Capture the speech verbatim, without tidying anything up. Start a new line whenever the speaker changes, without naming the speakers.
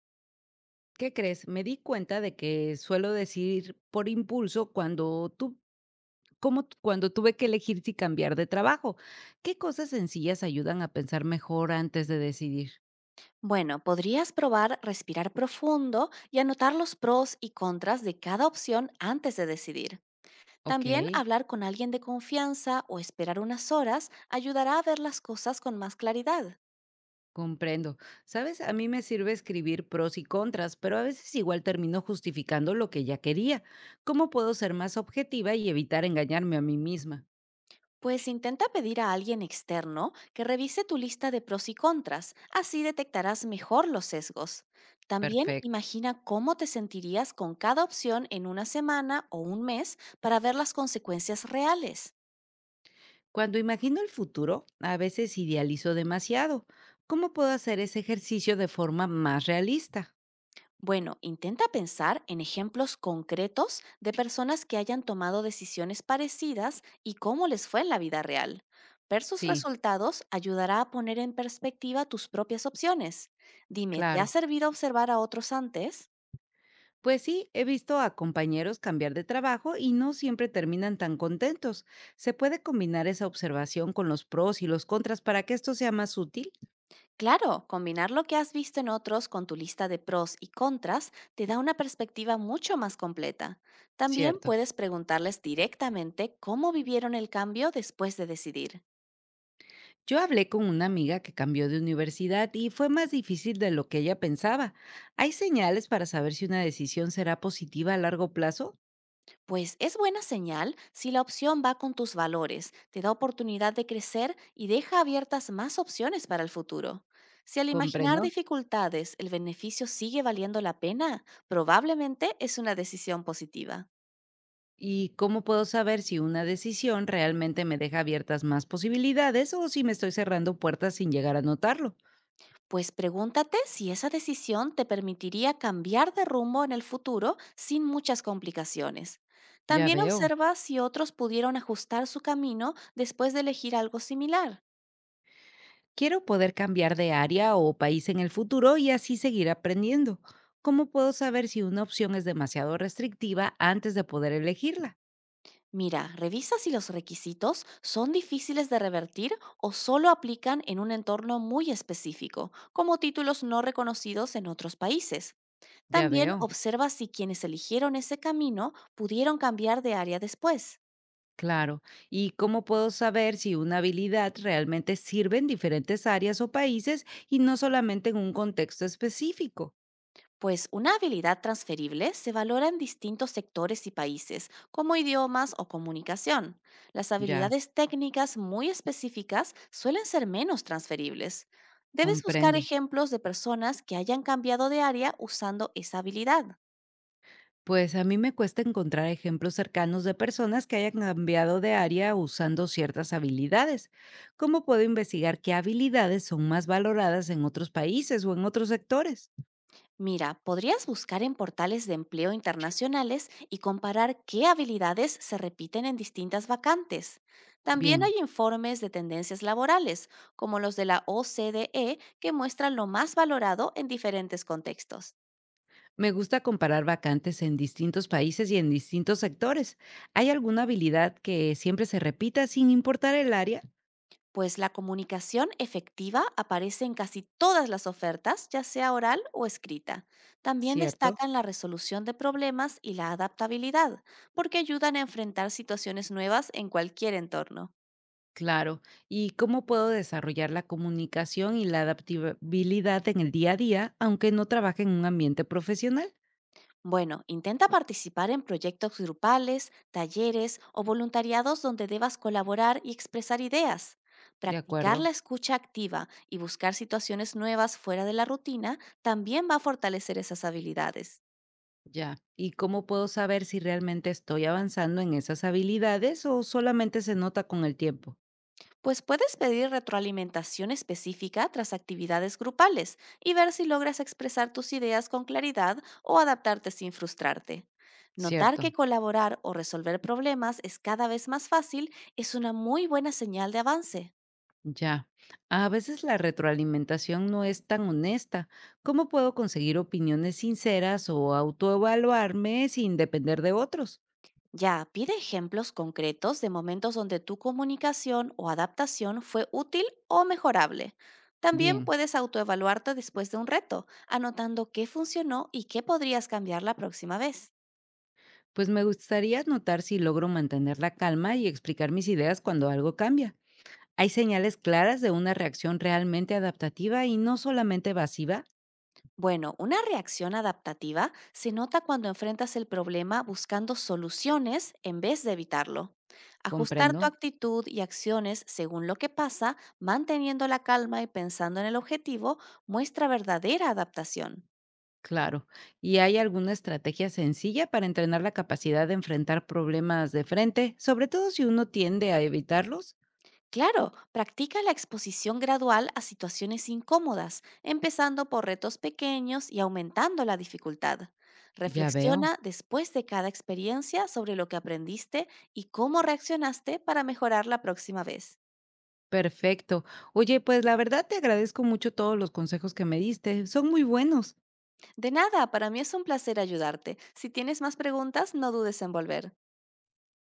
¿Qué crees? Me di cuenta de que suelo decir por impulso cuando tú, como t- cuando tuve que elegir si cambiar de trabajo. ¿Qué cosas sencillas ayudan a pensar mejor antes de decidir?
Bueno, podrías probar respirar profundo y anotar los pros y contras de cada opción antes de decidir.
Ok,
También hablar con alguien de confianza o esperar unas horas ayudará a ver las cosas con más claridad.
comprendo. Sabes, a mí me sirve escribir pros y contras, pero a veces igual termino justificando lo que ya quería. ¿Cómo puedo ser más objetiva y evitar engañarme a mí misma?
Pues intenta pedir a alguien externo que revise tu lista de pros y contras, así detectarás mejor los sesgos. También
Perfecto.
imagina cómo te sentirías con cada opción en una semana o un mes para ver las consecuencias reales.
Cuando imagino el futuro, a veces idealizo demasiado. ¿Cómo puedo hacer ese ejercicio de forma más realista?
Bueno, intenta pensar en ejemplos concretos de personas que hayan tomado decisiones parecidas y cómo les fue en la vida real. Ver sus
Sí,
resultados ayudará a poner en perspectiva tus propias opciones. Dime, ¿te ha
claro.
servido observar a otros antes?
Pues sí, he visto a compañeros cambiar de trabajo y no siempre terminan tan contentos. ¿Se puede combinar esa observación con los pros y los contras para que esto sea más útil?
Claro, combinar lo que has visto en otros con tu lista de pros y contras te da una perspectiva mucho más completa. También
Cierto.
puedes preguntarles directamente cómo vivieron el cambio después de decidir.
Yo hablé con una amiga que cambió de universidad y fue más difícil de lo que ella pensaba. ¿Hay señales para saber si una decisión será positiva a largo plazo?
Pues es buena señal si la opción va con tus valores, te da oportunidad de crecer y deja abiertas más opciones para el futuro. Si al imaginar
Comprendo.
dificultades el beneficio sigue valiendo la pena, probablemente es una decisión positiva.
¿Y cómo puedo saber si una decisión realmente me deja abiertas más posibilidades o si me estoy cerrando puertas sin llegar a notarlo?
Pues pregúntate si esa decisión te permitiría cambiar de rumbo en el futuro sin muchas complicaciones.
Ya
También
veo.
observa si otros pudieron ajustar su camino después de elegir algo similar.
Quiero poder cambiar de área o país en el futuro y así seguir aprendiendo. ¿Cómo puedo saber si una opción es demasiado restrictiva antes de poder elegirla?
Mira, revisa si los requisitos son difíciles de revertir o solo aplican en un entorno muy específico, como títulos no reconocidos en otros países.
Ya
También
veo.
observa si quienes eligieron ese camino pudieron cambiar de área después.
Claro. ¿Y cómo puedo saber si una habilidad realmente sirve en diferentes áreas o países y no solamente en un contexto específico?
Pues una habilidad transferible se valora en distintos sectores y países, como idiomas o comunicación. Las
Ya,
habilidades técnicas muy específicas suelen ser menos transferibles. Debes buscar
comprendo.
ejemplos de personas que hayan cambiado de área usando esa habilidad.
Pues a mí me cuesta encontrar ejemplos cercanos de personas que hayan cambiado de área usando ciertas habilidades. ¿Cómo puedo investigar qué habilidades son más valoradas en otros países o en otros sectores?
Mira, podrías buscar en portales de empleo internacionales y comparar qué habilidades se repiten en distintas vacantes. También hay
Bien,
informes de tendencias laborales, como los de la O C D E, que muestran lo más valorado en diferentes contextos.
me gusta comparar vacantes en distintos países y en distintos sectores. ¿Hay alguna habilidad que siempre se repita sin importar el área?
Pues la comunicación efectiva aparece en casi todas las ofertas, ya sea oral o escrita. También
Cierto.
destacan la resolución de problemas y la adaptabilidad, porque ayudan a enfrentar situaciones nuevas en cualquier entorno.
Claro. ¿Y cómo puedo desarrollar la comunicación y la adaptabilidad en el día a día, aunque no trabaje en un ambiente profesional?
Bueno, intenta participar en proyectos grupales, talleres o voluntariados donde debas colaborar y expresar ideas.
De
Practicar
acuerdo,
la escucha activa y buscar situaciones nuevas fuera de la rutina también va a fortalecer esas habilidades.
ya. ¿Y cómo puedo saber si realmente estoy avanzando en esas habilidades o solamente se nota con el tiempo?
Pues puedes pedir retroalimentación específica tras actividades grupales y ver si logras expresar tus ideas con claridad o adaptarte sin frustrarte. Notar que
Cierto,
colaborar o resolver problemas es cada vez más fácil es una muy buena señal de avance.
ya. A veces la retroalimentación no es tan honesta. ¿Cómo puedo conseguir opiniones sinceras o autoevaluarme sin depender de otros?
Ya, pide ejemplos concretos de momentos donde tu comunicación o adaptación fue útil o mejorable. También
Bien,
puedes autoevaluarte después de un reto, anotando qué funcionó y qué podrías cambiar la próxima vez.
pues me gustaría notar si logro mantener la calma y explicar mis ideas cuando algo cambia. ¿Hay señales claras de una reacción realmente adaptativa y no solamente evasiva?
Bueno, una reacción adaptativa se nota cuando enfrentas el problema buscando soluciones en vez de evitarlo. Ajustar tu
Comprendo.
actitud y acciones según lo que pasa, manteniendo la calma y pensando en el objetivo, muestra verdadera adaptación.
Claro. ¿Y hay alguna estrategia sencilla para entrenar la capacidad de enfrentar problemas de frente, sobre todo si uno tiende a evitarlos?
Claro, practica la exposición gradual a situaciones incómodas, empezando por retos pequeños y aumentando la dificultad.
Ya veo.
Reflexiona después de cada experiencia sobre lo que aprendiste y cómo reaccionaste para mejorar la próxima vez.
Perfecto. Oye, pues la verdad te agradezco mucho todos los consejos que me diste. Son muy buenos.
De nada, para mí es un placer ayudarte. Si tienes más preguntas, no dudes en volver.